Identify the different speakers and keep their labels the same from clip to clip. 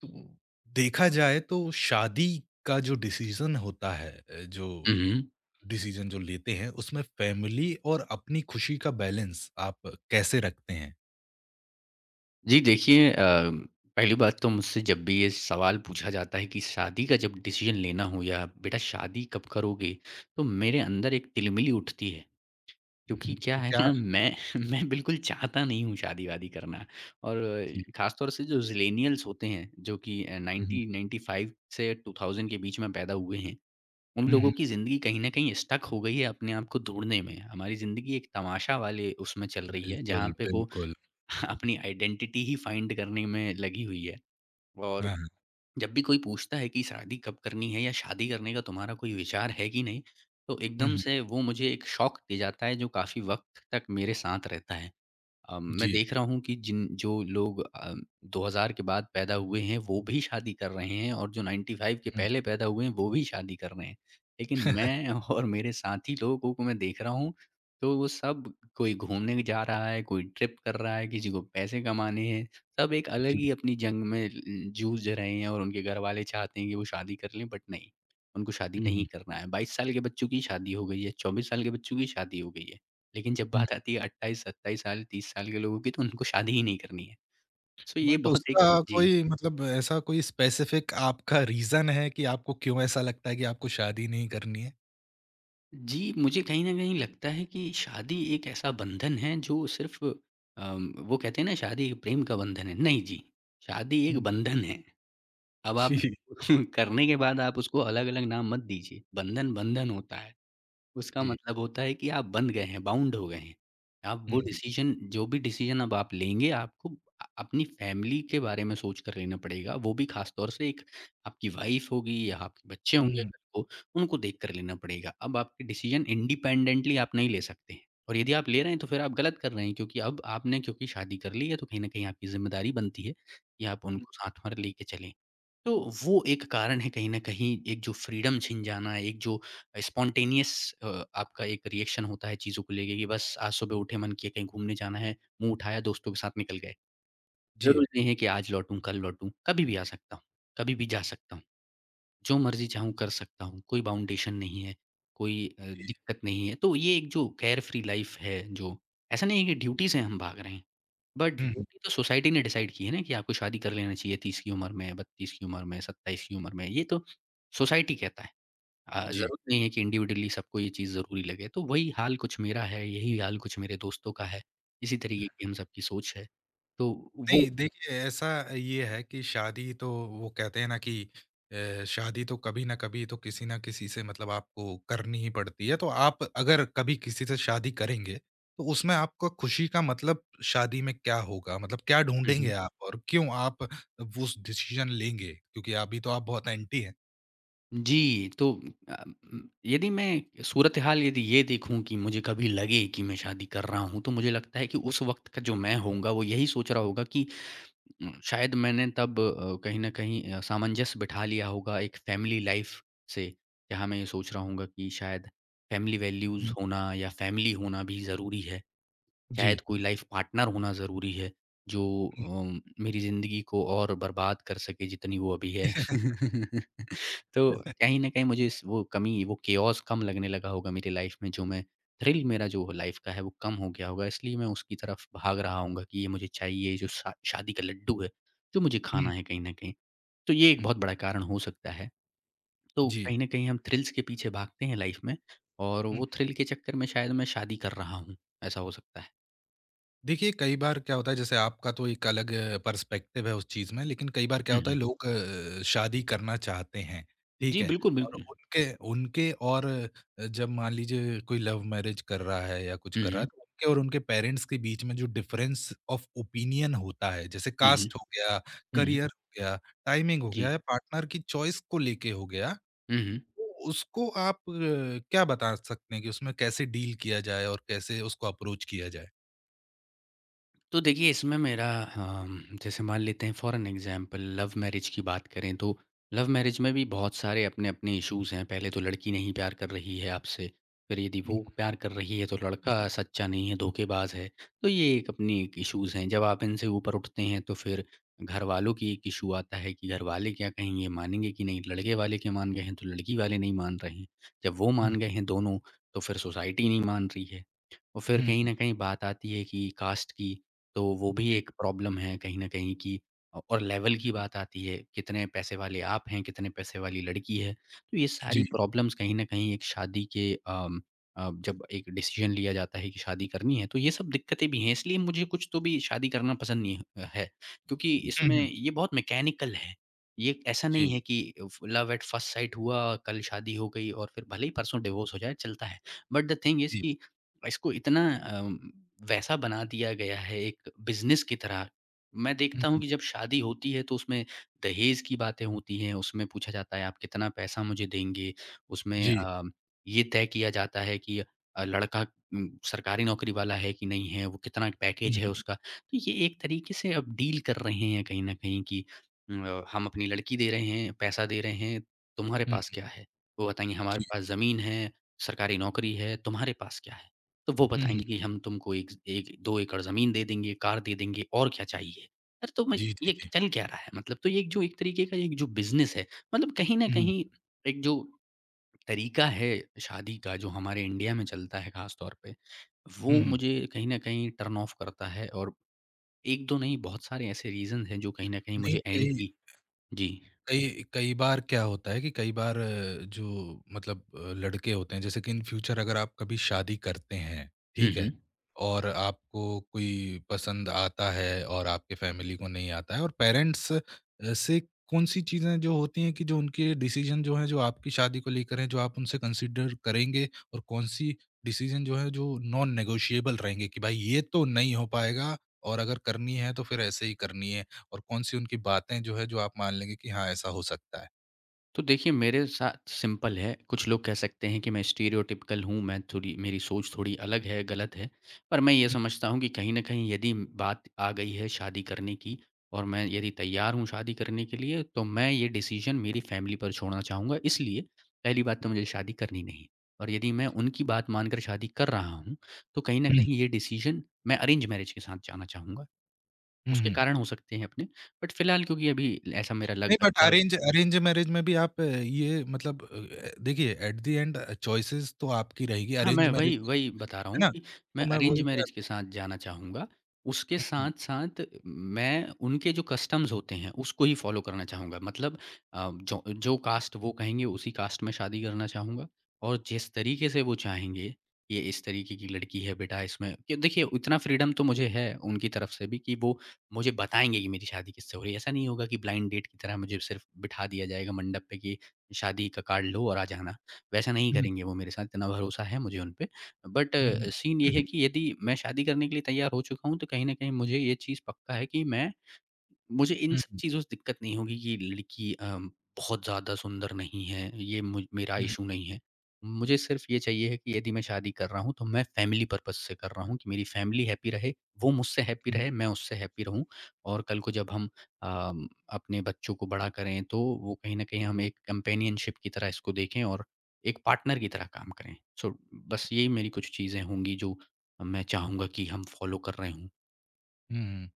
Speaker 1: तो देखा जाए तो शादी का जो डिसीजन होता है जो
Speaker 2: उहुँ।
Speaker 1: डिसीजन जो लेते हैं उसमें फैमिली और अपनी खुशी का बैलेंस आप कैसे रखते हैं?
Speaker 2: जी देखिए, पहली बात तो मुझसे जब भी ये सवाल पूछा जाता है कि शादी का जब डिसीज़न लेना हो या बेटा शादी कब करोगे? तो मेरे अंदर एक तिलमिली उठती है। क्योंकि क्या
Speaker 1: तो
Speaker 2: है
Speaker 1: क्या
Speaker 2: ना मैं मैं बिल्कुल चाहता नहीं हूँ शादी-वादी करना। और
Speaker 1: जी।
Speaker 2: ख़ास तौर से जो ज़िलेनियल्स होते हैं जो कि
Speaker 1: हुँ,
Speaker 2: 1995 से 2000 के बीच में पैदा हुए हैं। उन
Speaker 1: हुँ,
Speaker 2: लोगों
Speaker 1: हुँ,
Speaker 2: की ज़िंदगी कहीं न कहीं स्टक हो गई है अपने आप को ढूँढने में। हमारी ज़िंदगी एक तमाशा वाले उसमें चल रही है जहाँ
Speaker 1: बिल्कुल,
Speaker 2: पे वो
Speaker 1: बिल्कुल।
Speaker 2: अपनी आइडेंटिटी ही फाइंड करने में लगी हुई है।
Speaker 1: हाँ,
Speaker 2: और
Speaker 1: हाँ।
Speaker 2: जब भी कोई पूछता है कि शादी कब करनी है या शादी करने का तुम्हारा कोई विचार है कि नहीं, तो
Speaker 1: हुँ,
Speaker 2: एकदम
Speaker 1: हुँ।
Speaker 2: से वो मुझे एक शॉक दे जाता है जो काफ़ी वक़्त तक मेरे साथ रहता है। मैं
Speaker 1: जी।
Speaker 2: देख रहा हूँ कि जिन जो लोग 2000 के बाद पैदा हुए हैं, वो भी शादी कर रहे हैं और जो 95 के
Speaker 1: हुँ,
Speaker 2: पहले पैदा हुए हैं, वो भी शादी कर रहे हैं। लेकिन मैं और मेरे साथी लोगों को मैं देख रहा हूँ, तो वो सब कोई घूमने जा रहा है, कोई ट्रिप कर रहा है, किसी को पैसे कमाने हैं। सब एक अलग
Speaker 1: जी।
Speaker 2: ही अपनी जंग में ल जूझ रहे हैं और उनके घरवाले चाहते हैं कि वो शादी कर लें, बट नहीं, उनको शादी
Speaker 1: हुँ,
Speaker 2: नहीं
Speaker 1: हुँ,
Speaker 2: करना है। 22 साल के बच्चों की शादी हो गई है, 24 साल के बच्चों की शादी हो गई है। लेकिन जब
Speaker 1: हुँ।
Speaker 2: बात आती है 28, 27 साल, 30 साल के लोगों की तो उनको शादी ही नहीं करनी है। सो ये
Speaker 1: बट
Speaker 2: बहुत एक।
Speaker 1: उसका
Speaker 2: जी।
Speaker 1: कोई मतलब ऐसा कोई स्पेसिफिक आपका रीज़न है कि आपको क्यों ऐसा लगता है कि आपको शादी नहीं करनी है?
Speaker 2: जी, मुझे कहीं न कहीं लगता है कि शादी एक ऐसा बंधन है जो सिर्फ़ वो कहते हैं ना शादी एक प्रेम का बंधन है। नहीं जी, शादी एक
Speaker 1: हुँ।
Speaker 2: बंधन है। अब आप
Speaker 1: जी,
Speaker 2: करने के बाद आप उसको अलग-अलग नाम मत दीजिए। बंधन, बंधन होता है। उसका
Speaker 1: जी।
Speaker 2: मतलब होता है कि आप बंध गए हैं, बाउंड हो गए हैं। आप
Speaker 1: हुँ,
Speaker 2: वो
Speaker 1: हुँ,
Speaker 2: डिसीज़न जो भी डिसीज़न अब आप लेंगे आपको अपनी फैमिली के बारे में सोच कर लेना पड़ेगा। वो भी ख़ास तौर से एक आपकी वाइफ़ होगी या आपके बच्चे होंगे
Speaker 1: हुँ,
Speaker 2: कल को, उनको देख कर लेना पड़ेगा। अब आपके डिसीज़न इंडिपेंडेंटली आप नहीं ले सकते हैं। और यदि आप ले रहे हैं तो फिर आप गलत कर रहे हैं क्योंकि अब आपने क्योंकि शादी कर ली है तो कहीं न कहीं आपकी ज़िम्मेदारी बनती है कि आप
Speaker 1: हुँ।
Speaker 2: उनको साथ में लेके चलें। तो वो एक कारण है कहीं न कहीं, एक जो फ्रीडम छिन जाना, एक जो स्पॉन्टेनियस अ, आपका एक रिएक्शन होता है चीज़ों को लेके कि बस आज सुबह उठे, मन किया कहीं घूमने जाना है, मुँह उठाया, दोस्तों के साथ निकल गए।
Speaker 1: जी।
Speaker 2: ज़रूरी नहीं है कि आज लौटूँ, कल लौटूँ, कभी भी आ सकता हूँ, कभी भी जा सकता हूँ, जो मर्ज़ी चाहूँ कर सकता हूँ, कोई बाउंडेशन नहीं है, कोई दिक्कत नहीं है। तो ये एक जो कैर फ्री लाइफ़ है जो ऐसा नहीं है कि ड्यूटी से हम भाग रहे हैं। बट
Speaker 1: हुँ, हुँ।
Speaker 2: ड्यूटी तो सोसाइटी ने डिसाइड की है ना कि आपको शादी कर लेना चाहिए 30 की उम्र में, 32 की उम्र में, 27 की उम्र में, ये तो सोसाइटी कहता है।
Speaker 1: जी।
Speaker 2: ज़रूरत नहीं है कि इंडिविजुअली सबको ये चीज़ ज़रूरी लगे, तो वही हाल कुछ मेरा है, यही हाल कुछ मेरे दोस्तों का है, इसी तरीके की हम सबकी सोच है। तो वो
Speaker 1: नहीं देखिए, ऐसा ये है कि शादी तो वो कहते हैं ना कि शादी तो कभी ना कभी तो किसी ना किसी से मतलब आपको करनी ही पड़ती है। तो आप अगर कभी किसी से शादी करेंगे, तो उसमें आपको खुशी का मतलब शादी में क्या होगा? मतलब क्या
Speaker 2: हुँ,
Speaker 1: ढूँढेंगे
Speaker 2: हुँ।
Speaker 1: आप और क्यों आप वो उस डिसीज़न लेंगे? क्योंकि अभी तो आप बहुत एंटी हैं।
Speaker 2: जी, तो यदि मैं सूरत-ए-हाल यदि ये देखूँ कि मुझे कभी लगे कि मैं शादी कर रहा हूँ, तो मुझे लगता है कि उस वक़्त का जो मैं होऊँगा, वो यही सोच रहा होगा कि शायद मैंने तब कहीं न कहीं सामंजस्य बिठा लिया होगा एक फ़ैमिली लाइफ़ से। यहाँ मैं ये सोच रहा होऊँगा कि शायद फ़ैमिली वैल्यूज़
Speaker 1: हुँ।
Speaker 2: होना या फ़ैमिली होना भी ज़रूरी है।
Speaker 1: जी।
Speaker 2: शायद कोई लाइफ पार्टनर होना ज़रूरी है, जो
Speaker 1: हुँ,
Speaker 2: मेरी ज़िंदगी को और बर्बाद कर सके जितनी वो अभी है। तो कहीं न कहीं मुझे इस वो कमी, वो केओस कम लगने लगा होगा मेरी लाइफ में, जो मैं थ्रिल मेरा जो लाइफ का है, वो कम हो गया होगा। इसलिए मैं उसकी तरफ भाग रहा होऊँगा कि ये मुझे चाहिए, ये जो शा शादी का लड्डू है, जो मुझे
Speaker 1: हुँ,
Speaker 2: खाना है कहीं न कहीं। तो ये एक
Speaker 1: हुँ।
Speaker 2: बहुत बड़ा कारण हो सकता है। तो
Speaker 1: जी।
Speaker 2: कहीं न कहीं हम थ्रिल्स के पीछे भागते हैं लाइफ में और वो थ्रिल के चक्कर में शायद मैं शादी कर रहा हूँ, ऐसा हो सकता है।
Speaker 1: देखिए, कई बार क्या होता है जैसे आपका तो एक अलग पर्सपेक्टिव है उस चीज़ में, लेकिन कई बार क्या
Speaker 2: हुँ,
Speaker 1: होता है
Speaker 2: हुँ।
Speaker 1: लोग शादी करना चाहते हैं, ठीक
Speaker 2: जी,
Speaker 1: है?
Speaker 2: बिल्कुल,
Speaker 1: और
Speaker 2: बिल्कुल।
Speaker 1: उनके उनके और जब मान लीजिए कोई लव मैरिज कर रहा है या कुछ
Speaker 2: हुँ,
Speaker 1: कर रहा है,
Speaker 2: हुँ।
Speaker 1: तो उनके और उनके पेरेंट्स के बीच में जो डिफरेंस ऑफ ओपिनियन होता है, जैसे
Speaker 2: हुँ, हुँ।
Speaker 1: कास्ट हो गया,
Speaker 2: हुँ, हुँ।
Speaker 1: करियर हो गया, टाइमिंग हो
Speaker 2: जी।
Speaker 1: गया या पार्टनर की चॉइस को लेके हो गया,
Speaker 2: हुँ, हुँ।
Speaker 1: तो उसको आप क्या बता सकते हैं कि उसमें कैसे डील किया जाए और कैसे उसको अप्रोच किया जाए?
Speaker 2: तो देखिए इसमें मेरा जैसे मान लेते हैं for an example love marriage की बात करें तो लव मैरिज में भी बहुत सारे अपने अपने इश्यूज हैं। पहले तो लड़की नहीं प्यार कर रही है आपसे, फिर यदि
Speaker 1: हुँ।
Speaker 2: वो प्यार कर रही है तो लड़का सच्चा नहीं है धोखेबाज है। तो ये एक अपनी एक इश्यूज हैं। जब आप इनसे ऊपर उठते हैं तो फिर घर वालों की एक इशू आता है कि घर वाले क्या कहेंगे, मानेंगे कि नहीं, लड़के वाले के मान गए हैं तो लड़की वाले नहीं मान रहे हैं। जब वो मान गए हैं दोनों, तो फिर सोसाइटी नहीं मान रही है। और फिर
Speaker 1: हुँ,
Speaker 2: कहीं ना कहीं बात आती है कि कास्ट की। तो वो भी
Speaker 1: जी,
Speaker 2: एक प्रॉब्लम है कहीं न कहीं कि औ और लेवल की बात आती है, कितने पैसे वाले आप हैं, कितने पैसे वाली लड़की है। तो ये सारी
Speaker 1: जी।
Speaker 2: प्रॉब्लम्स कहीं न कहीं एक शादी के अम जब एक डिसीज़न लिया जाता है कि शादी करनी है, तो ये सब दिक्कतें भी हैं। इसलिए मुझे कुछ तो भी शादी करना पसंद नहीं ह है, क्योंकि
Speaker 1: हुँ,
Speaker 2: इसमें
Speaker 1: हुँ।
Speaker 2: ये बहुत मैकेनिकल है। ये ऐसा नहीं
Speaker 1: जी,
Speaker 2: है कि फ लव एट फर्स्ट साइट हुआ, कल शादी हो गई और फिर भले ही परसों डिवोर्स हो जाए, चलता है। बट द थिंग इज़
Speaker 1: जी।
Speaker 2: कि इसको इतना वैसा बना दिया गया है एक बिज़नेस की तरह। मैं
Speaker 1: हुँ,
Speaker 2: देखता हूँ
Speaker 1: हुँ।
Speaker 2: कि जब शादी होती है तो उसमें दहेज़ की बातें होती हैं, उसमें पूछा जाता है आप कितना पैसा मुझे देंगे? उसमें
Speaker 1: जी।
Speaker 2: ये तय किया जाता है कि लड़का सरकारी नौकरी वाला है कि नहीं है, वो कितना
Speaker 1: हुँ,
Speaker 2: पैकेज है
Speaker 1: हुँ,
Speaker 2: उसका। तो ये एक तरीके से अब डील कर रहे हैं कहीं न कहीं कि हम अपनी लड़की दे रहे हैं, पैसा दे रहे हैं, तुम्हारे
Speaker 1: हुँ,
Speaker 2: पास
Speaker 1: हुँ,
Speaker 2: क्या है? वो बताएँगे हमारे
Speaker 1: जी।
Speaker 2: पास ज़मीन है, सरकारी नौकरी है, तुम्हारे पास क्या है? तो वो
Speaker 1: हुँ,
Speaker 2: बताएँगे कि
Speaker 1: हुँ।
Speaker 2: हम तुमको एक एक 2 एकड़ ज़मीन दे देंगे, कार दे देंगे और क्या चाहिए? अरे! तो मैं
Speaker 1: जी, जी,
Speaker 2: ये
Speaker 1: जी।
Speaker 2: चल क्या रहा है मतलब? तो ये एक जो एक तरीके का एक जो बिज़नेस है, मतलब कहीं न
Speaker 1: हुँ, हुँ,
Speaker 2: कहीं एक जो तरीका है शादी का जो हमारे इंडिया में चलता है ख़ास तौर पे,
Speaker 1: हुँ,
Speaker 2: वो
Speaker 1: हुँ।
Speaker 2: मुझे कहीं न कहीं टर्न ऑफ करता है। और 1, 2 नहीं बहुत सारे ऐसे रीज़न्स हैं जो कहीं न कहीं
Speaker 1: नहीं,
Speaker 2: मुझे
Speaker 1: कई
Speaker 2: एंटी। जी।
Speaker 1: कई कई बार क्या होता है कि कई बार जो मतलब लड़के होते हैं जैसे कि इन फ्यूचर अगर आप कभी शादी करते हैं,
Speaker 2: हुँ,
Speaker 1: ठीक है?
Speaker 2: हुँ।
Speaker 1: और आपको कोई पसंद आता है और आपके फैमिली को नहीं आता है और पेरेंट्स से कौन-सी चीज़ें जो होती हैं कि जो उनके डिसीज़न जो हैं, जो आपकी शादी को लेकर हैं, जो आप उनसे कंसिडर करेंगे और कौन-सी डिसीज़न जो है, जो नॉन नेगोशिएबल रहेंगे कि भाई ये तो नहीं हो पाएगा और अगर करनी है तो फिर ऐसे ही करनी है? और कौन-सी उनकी बातें जो है, जो आप मान लेंगे कि हाँ, ऐसा हो सकता है?
Speaker 2: तो देखिए मेरे साथ सिंपल है। कुछ लोग कह सकते हैं कि मैं स्टीरियोटिपिकल हूँ, मैं थोड़ी मेरी सोच थोड़ी अलग है, गलत है। पर मैं ये
Speaker 1: हुँ,
Speaker 2: समझता हूँ कि कहीं न कहीं यदि बात आ गई है शादी करने की और मैं यदि तैयार हूँ शादी करने के लिए, तो मैं ये डिसीज़न मेरी फैमिली पर छोड़ना चाहूँगा। इसलिए पहली बात तो मुझे शादी करनी नहीं है। और यदि मैं उनकी बात मानकर शादी कर रहा हूँ, तो कहीं न
Speaker 1: हुँ,
Speaker 2: कहीं ये डिसीज़न मैं अरेंज मैरेज के साथ जाना चाहूँगा।
Speaker 1: हुँ,
Speaker 2: उसके
Speaker 1: हुँ।
Speaker 2: कारण हो सकते हैं अपने, बट फ़िलहाल क्योंकि अभी ऐसा मेरा
Speaker 1: नहीं
Speaker 2: लग
Speaker 1: but
Speaker 2: love
Speaker 1: arrange arrange marriage में भी आप ये मतलब देखिए एट द एंड चॉइसेस तो आपकी रहेगी
Speaker 2: हाँ,
Speaker 1: अरेंज
Speaker 2: मैं
Speaker 1: मैरिज
Speaker 2: वही
Speaker 1: में भी,
Speaker 2: वही बता रहा हूँ
Speaker 1: है ना?
Speaker 2: कि
Speaker 1: तो
Speaker 2: मैं
Speaker 1: मैं
Speaker 2: अरेंज
Speaker 1: वही कह
Speaker 2: मैरेज के साथ जाना चाहूँगा। उसके
Speaker 1: हुँ, हुँ,
Speaker 2: साथ-साथ मैं उनके जो कस्टम्स होते हैं, उसको ही फ़ॉलो करना चाहूँगा। मतलब जो जो कास्ट वो कहेंगे, उसी कास्ट में शादी करना चाहूँगा। और जिस तरीके से वो चाहेंगे, ये इस तरीके की लड़की है बेटा इसमें कि देखिए उतना फ्रीडम तो मुझे है उनकी तरफ से भी कि वो मुझे बताएँगे कि मेरी शादी किससे हो रही है। ऐसा नहीं होगा कि ब्लाइंड डेट की तरह मुझे सिर्फ़ बिठा दिया जाएगा मंडप पे कि शादी का कार्ड लो और आ जाना। वैसा नहीं
Speaker 1: हुँ,
Speaker 2: करेंगे वो मेरे साथ, इतना भरोसा है मुझे उन पे। बट
Speaker 1: हुँ, हुँ,
Speaker 2: सीन ये है कि यदि मैं शादी करने के लिए तैयार हो चुका हूँ, तो कहीं न कहीं मुझे ये चीज़ पक्का है कि मैं मुझे इन
Speaker 1: हुँ,
Speaker 2: सब
Speaker 1: हुँ,
Speaker 2: चीज़ों से दिक्कत नहीं होगी कि लड़की बहुत ज़्यादा सुंदर नहीं है, ये मुझ मेरा
Speaker 1: हुँ,
Speaker 2: इश्यू नहीं है। मुझे सिर्फ़ ये चाहिए है कि यदि मैं शादी कर रहा हूँ, तो मैं फैमिली पर्पज़ से कर रहा हूँ कि मेरी फैमिली हैप्पी रहे, वो मुझसे हैप्पी
Speaker 1: हुँ।
Speaker 2: रहे, मैं उससे हैप्पी रहूँ। और कल को जब हम अपने बच्चों को बड़ा करें, तो वो कहीं न कहीं हम एक कंपेनियनशिप की तरह इसको देखें और एक पार्टनर की तरह काम करें। सो बस यही मेरी कुछ चीज़ें होंगी जो मैं चाहूँगा कि हम फ़ॉलो कर रहे हों।
Speaker 1: हुँ।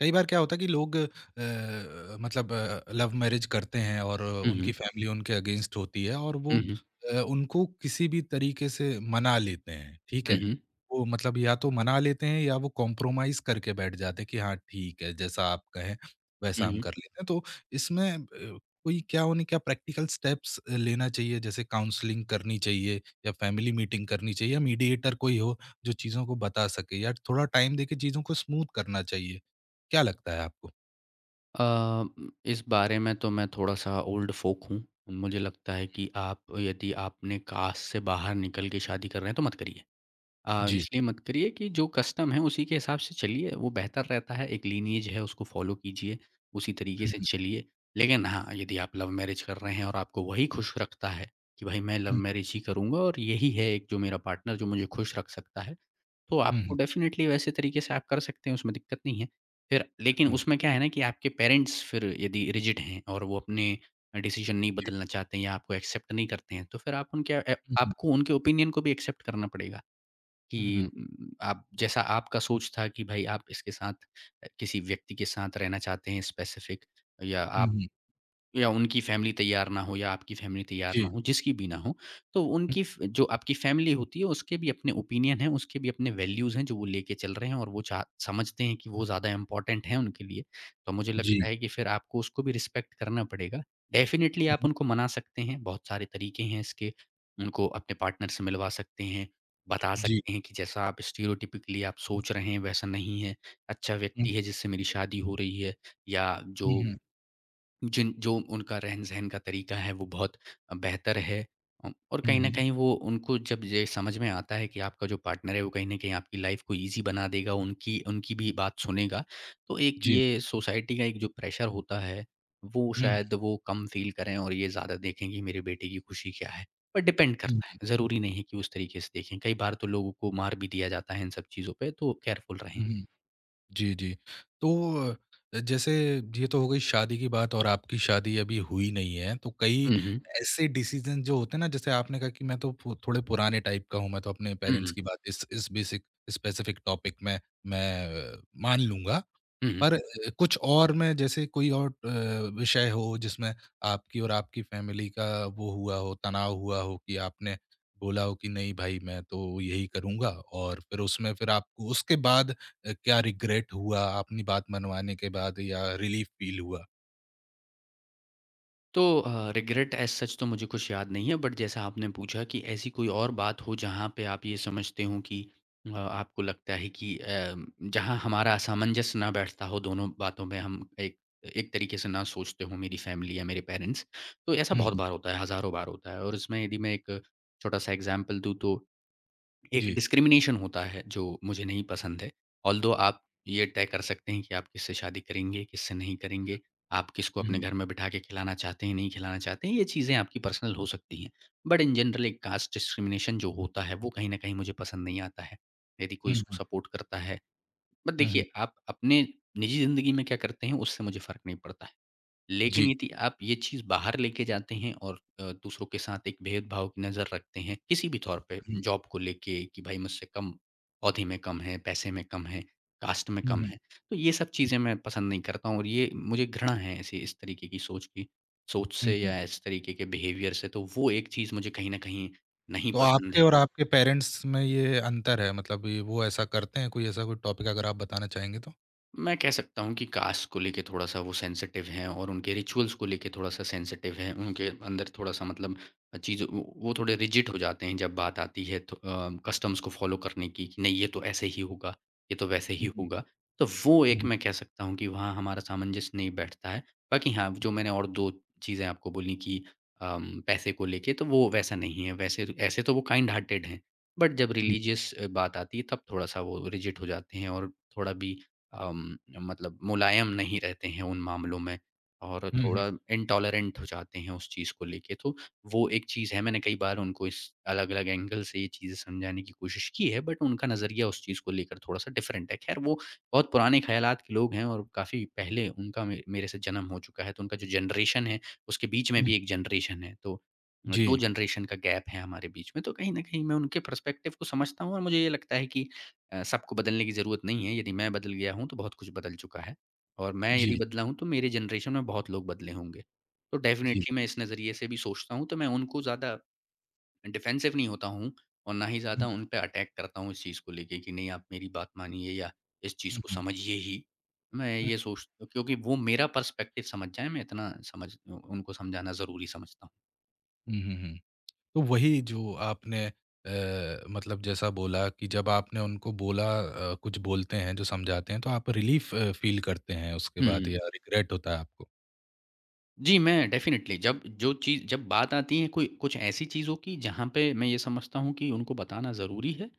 Speaker 1: कई बार क्या होता है कि लोग मतलब लव मैरिज करते हैं और
Speaker 2: हुँ,
Speaker 1: उनकी
Speaker 2: हुँ।
Speaker 1: फैमिली उनके अगेंस्ट होती है और वो
Speaker 2: हुँ, हुँ।
Speaker 1: उनको किसी भी तरीके से मना लेते हैं, ठीक
Speaker 2: हुँ,
Speaker 1: है?
Speaker 2: हुँ।
Speaker 1: वो मतलब या तो मना लेते हैं या वो कॉम्प्रोमाइज़ करके बैठ जाते हैं कि हाँ, ठीक है, जैसा आप कहें वैसा
Speaker 2: हुँ,
Speaker 1: हम
Speaker 2: हुँ।
Speaker 1: कर लेते हैं। तो इसमें कोई क्या उन्हें क्या प्रैक्टिकल स्टेप्स लेना चाहिए जैसे काउंसलिंग करनी चाहिए या फैमिली मीटिंग करनी चाहिए या मीडिएटर कोई हो? जो चीज़ों को बता सके या थोड़ा टाइम देके चीज़ों को स्मूथ करना चाहिए। क्या लगता है आपको?
Speaker 2: अ, इस बारे में तो मैं थोड़ा-सा ओल्ड फ़ोक हूँ। मुझे लगता है कि आप यदि आपने कास्ट से बाहर निकल के शादी कर रहे हैं, तो मत करिए।
Speaker 1: जी।
Speaker 2: इसलिए मत करिए कि जो कस्टम है उसी के हिसाब से चलिए, वो बेहतर रहता है। एक लीनिएज है उसको फ़ॉलो कीजिए, उसी तरीके
Speaker 1: हुँ,
Speaker 2: से
Speaker 1: हुँ,
Speaker 2: चलिए। लेकिन हाँ, यदि आप लव मैरिज कर रहे हैं और आपको वही खुश रखता है कि भाई मैं लव
Speaker 1: हुँ,
Speaker 2: मैरिज ही करूँगा और यही है एक जो मेरा पार्टनर जो मुझे खुश रख सकता है, तो
Speaker 1: हुँ,
Speaker 2: आपको
Speaker 1: हुँ,
Speaker 2: डेफ़िनेटली वैसे तरीके से आप कर सकते हैं, उसमें दिक्कत नहीं है। फिर
Speaker 1: हुँ,
Speaker 2: लेकिन
Speaker 1: हुँ,
Speaker 2: उसमें क्या है ना कि आपके पेरेंट्स फिर यदि रिजिड हैं और वो अपने डिसीज़न नहीं
Speaker 1: जी।
Speaker 2: बदलना चाहते हैं या आपको एक्सेप्ट नहीं करते हैं, तो फिर
Speaker 1: हुँ, हुँ,
Speaker 2: आपको उनके ओपिनियन को भी एक्सेप्ट करना पड़ेगा। कि
Speaker 1: हुँ, हुँ,
Speaker 2: आप जैसा आपका सोच था कि भाई आप इसके साथ किसी व्यक्ति के साथ रहना चाहते हैं स्पेसिफिक या
Speaker 1: हुँ,
Speaker 2: आप
Speaker 1: हुँ,
Speaker 2: या उनकी फैमिली तैयार ना हो या आपकी फैमिली तैयार ना
Speaker 1: जी,
Speaker 2: हो, जिसकी भी ना हो, तो
Speaker 1: हुँ,
Speaker 2: उनकी फ जो आपकी फैमिली होती है उसके भी अपने ओपिनियन हैं, उसके भी अपने वैल्यूज़ हैं जो वो लेके चल रहे हैं और वो चाह समझते हैं कि वो ज़्यादा इम्पोर्टेंट हैं उनके लिए। तो मुझे
Speaker 1: जी,
Speaker 2: लगता है कि फिर आपको उसको भी रिस्पेक्ट करना पड़ेगा। डेफ़िनिटली
Speaker 1: हुँ,
Speaker 2: आप
Speaker 1: हुँ,
Speaker 2: उनको मना सकते हैं, बहुत सारे तरीके हैं इसके, उनको अपने पार्टनर से मिलवा सकते हैं, बता
Speaker 1: जी,
Speaker 2: सकते हैं कि जैसा आप स्टीरियोटाइपिकली आप सोच रहे हैं वैसा नहीं है, अच्छा
Speaker 1: हुँ, हुँ,
Speaker 2: व्यक्ति है जिससे मेरी शादी हो रही है या
Speaker 1: हुँ,
Speaker 2: जो उनका रहन-सहन का तरीका है वो बहुत बेहतर है औ और
Speaker 1: हुँ,
Speaker 2: कहीं न
Speaker 1: हुँ,
Speaker 2: कहीं वो उनको जब ये समझ में आता है कि आपका जो पार्टनर है वो कहीं न कहीं आपकी लाइफ़ को ईज़ी बना देगा, उनकी उनकी भी बात सुनेगा, तो एक
Speaker 1: जी,
Speaker 2: ये सोसाइटी का एक जो प्रेशर होता है, वो
Speaker 1: हुँ,
Speaker 2: शायद वो कम फ़ील करें और ये ज़्यादा देखें कि मेरे बेटे की खुशी क्या है। पर डिपेंड
Speaker 1: हुँ,
Speaker 2: करता है, ज़रूरी नहीं है कि उस तरीके से देखें, कई बार तो लोगों को मार भी दिया जाता है इन सब चीज़ों पे, तो केयरफुल रहें।
Speaker 1: हुँ, हुँ। जी, जी। तो जैसे ये तो हो गई शादी की बात और आपकी शादी अभी हुई नहीं है, तो कई
Speaker 2: हुँ, हुँ।
Speaker 1: ऐसे डिसीज़न जो होते हैं ना, जैसे आपने कहा कि मैं तो पु थोड़े पुराने टाइप का हूँ, मैं तो अपने
Speaker 2: हुँ,
Speaker 1: पेरेंट्स
Speaker 2: हुँ।
Speaker 1: की बात इस बेसिक स्पेसिफिक टॉपिक में मैं मान लूँगा।
Speaker 2: हुँ, हुँ।
Speaker 1: पर कुछ और में जैसे कोई और विषय हो जिसमें आपकी और आपकी फैमिली का वो हुआ हो, तनाव हुआ हो कि आपने बोला हो कि नहीं भाई मैं तो यही करूँगा और फिर उसमें फिर आपको उसके बाद क्या रिग्रेट हुआ अपनी बात मनवाने के बाद या रिलीफ फ़ील हुआ?
Speaker 2: तो रिग्रेट एज़ सच तो मुझे कुछ याद नहीं है, बट जैसा आपने पूछा कि ऐसी कोई और बात हो जहाँ पे आप ये समझते हों कि आपको लगता है कि जहाँ हमारा सामंजस्य ना बैठता हो दोनों बातों में हम एक एक तरीके से ना सोचते हों मेरी फैमिली या मेरे पेरेंट्स। तो ऐसा
Speaker 1: हुँ,
Speaker 2: बहुत
Speaker 1: हुँ।
Speaker 2: बार होता है, हज़ारों बार होता है और इसमें यदि मैं एक छोटा-सा एग्ज़ाम्पल दूँ, तो एक
Speaker 1: जी।
Speaker 2: डिस्क्रिमिनेशन होता है जो मुझे नहीं पसंद है। ऑल्दो आप ये तय कर सकते हैं कि आप किससे शादी करेंगे, किससे नहीं करेंगे, आप किसको
Speaker 1: हुँ,
Speaker 2: अपने
Speaker 1: हुँ।
Speaker 2: घर में बिठा के खिलाना चाहते हैं, नहीं खिलाना चाहते हैं, ये चीज़ें आपकी पर्सनल हो सकती हैं। बट इन जनरल एक कास्ट डिस्क्रिमिनेशन जो होता है, वो कहीं न कहीं मुझे पसंद नहीं आता है। यदि कोई
Speaker 1: हुँ,
Speaker 2: इसको
Speaker 1: हुँ।
Speaker 2: सपोर्ट करता है। बट
Speaker 1: हुँ, हुँ।
Speaker 2: देखिए, आप अपने निजी ज़िंदगी में क्या करते हैं, उससे मुझे फ़र्क नहीं पड़ता है। लेकिन
Speaker 1: जी।
Speaker 2: यदि आप ये चीज़ बाहर लेके जाते हैं और दूसरों के साथ एक भेदभाव की नज़र रखते हैं किसी भी तौर पे
Speaker 1: हुँ,
Speaker 2: जॉब को लेके कि भाई मुझसे कम औहदे में कम है, पैसे में कम है, कास्ट में
Speaker 1: हुँ,
Speaker 2: कम
Speaker 1: हुँ,
Speaker 2: है। तो ये सब चीज़ें मैं पसंद नहीं करता हूँ और ये मुझे घृणा है ऐसी इस तरीके की सोच
Speaker 1: हुँ,
Speaker 2: से
Speaker 1: हुँ।
Speaker 2: या इस तरीके के बिहेवियर से, तो वो एक चीज़ मुझे कहीं न कहीं नहीं
Speaker 1: तो
Speaker 2: पसंद
Speaker 1: आपके
Speaker 2: है।
Speaker 1: और आपके पेरेंट्स में ये अंतर है मतलब ये वो ऐसा करते हैं, कोई ऐसा कोई टॉपिक अगर आप बताना चाहेंगे तो?
Speaker 2: मैं कह सकता हूँ कि कास्ट को लेके थोड़ा-सा वो सेंसिटिव हैं और उनके रिचुअल्स को लेके थोड़ा-सा सेंसिटिव हैं। उनके अंदर थोड़ा-सा मतलब चीज़ वो थोड़े रिजिड हो जाते हैं जब बात आती है तो कस्टम्स को फ़ॉलो करने की, कि नहीं ये तो ऐसे ही होगा, ये तो वैसे ही
Speaker 1: हुँ, हुँ।
Speaker 2: होगा। तो वो
Speaker 1: हुँ,
Speaker 2: एक,
Speaker 1: हुँ।
Speaker 2: मैं कह सकता हूँ कि वहाँ हमारा सामंजस्य नहीं बैठता है। बाकी हाँ, जो मैंने और 2 चीज़ें आपको बोली, कि पैसे को लेके तो वो वैसा नहीं है। वैसे तो, ऐसे तो वो काइंड हार्टेड हैं। बट जब
Speaker 1: जी।
Speaker 2: रिलिजियस बात आती है तब थोड़ा-सा वो रिजिड हो जाते हैं और थोड़ा भी अम, मतलब मुलायम नहीं रहते हैं उन मामलों में और
Speaker 1: हुँ, हुँ।
Speaker 2: थोड़ा इंटॉलरेंट हो जाते हैं उस चीज़ को लेके, तो वो एक चीज़ है। मैंने कई बार उनको इस अलग-अलग एंगल से ये चीज़ें समझाने की कोशिश की है, बट उनका नज़रिया उस चीज़ को लेकर थोड़ा-सा डिफरेंट है। ख़ैर, वो बहुत पुराने ख़्यालात के लोग हैं और काफ़ी पहले उनका मे मेरे से जन्म हो चुका है, तो उनका जो जनरेशन है उसके बीच में
Speaker 1: हुँ,
Speaker 2: भी एक जनरेशन है, तो 2
Speaker 1: जी,
Speaker 2: जनरेशन का गैप है हमारे बीच में, तो कहीं न कहीं मैं उनके पर्सपेक्टिव को समझता हूँ और मुझे ये लगता है कि सबको बदलने की ज़रूरत नहीं है, यदि मैं बदल गया हूँ तो बहुत कुछ बदल चुका है और मैं यदि
Speaker 1: जी,
Speaker 2: बदला हूँ तो मेरे जनरेशन में बहुत लोग बदले होंगे। तो
Speaker 1: जी।
Speaker 2: डेफ़िनेटली मैं इस नज़रिए से भी सोचता हूँ, तो मैं उनको ज़्यादा डिफेंसिव नहीं होता हूँ और ना ही
Speaker 1: हुँ,
Speaker 2: ज़्यादा उन पे अटैक करता हूँ इस चीज़ को लेके कि नहीं आप मेरी बात मानिए या इस चीज़
Speaker 1: हुँ,
Speaker 2: को
Speaker 1: हुँ,
Speaker 2: समझिए ही। मैं
Speaker 1: हुँ,
Speaker 2: ये सोचता हूँ क्योंकि वो मेरा पर्सपेक्टिव समझ जाएँ, मैं इतना समझ उनको समझाना ज़रूरी समझता हूँ।
Speaker 1: हुँ, हुँ, हुँ। तो वही जो आपने मतलब जैसा बोला कि जब आपने उनको बोला कुछ बोलते हैं, जो समझाते हैं, तो आप रिलीफ़ फ़ील करते हैं उसके
Speaker 2: हुँ,
Speaker 1: बाद
Speaker 2: हुँ।
Speaker 1: या रिग्रेट होता है आपको।
Speaker 2: जी, मैं डेफ़िनेटली जब जो चीज़ जब बात आती है कोई कुछ ऐसी चीज़ों की जहाँ पे मैं ये समझता हूँ कि उनको बताना ज़रूरी है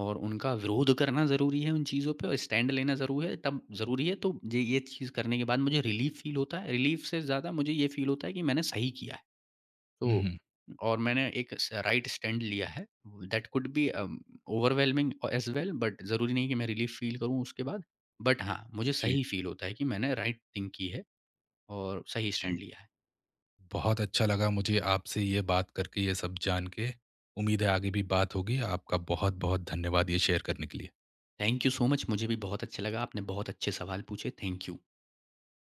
Speaker 2: और उनका विरोध करना ज़रूरी है उन चीज़ों पे और स्टैंड लेना ज़रूरी है, तब ज़रूरी है, तो ये चीज़ करने के बाद मुझे रिलीफ़ फ़ील होता है। रिलीफ़ से ज़्यादा मुझे ये फ़ील होता है कि मैंने सही किया है।
Speaker 1: हुँ,
Speaker 2: तो
Speaker 1: हुँ।
Speaker 2: और मैंने एक स राइट स्टैंड लिया है। That could be overwhelming as well, but ज़रूरी नहीं कि मैं रिलीफ़ फ़ील करूँ उसके बाद। बट हाँ, मुझे
Speaker 1: जी,
Speaker 2: सही फ़ील होता है कि मैंने राइट थिंग की है और सही
Speaker 1: जी।
Speaker 2: स्टैंड लिया है।
Speaker 1: बहुत अच्छा लगा मुझे आपसे ये बात करके, ये सब जान के। उम्मीद है आगे भी बात होगी। आपका बहुत-बहुत धन्यवाद ये शेयर करने के लिए।
Speaker 2: Thank you so much. मुझे भी बहुत अच्छा लगा। आपने बहुत अच्छे सवाल पूछे। Thank you.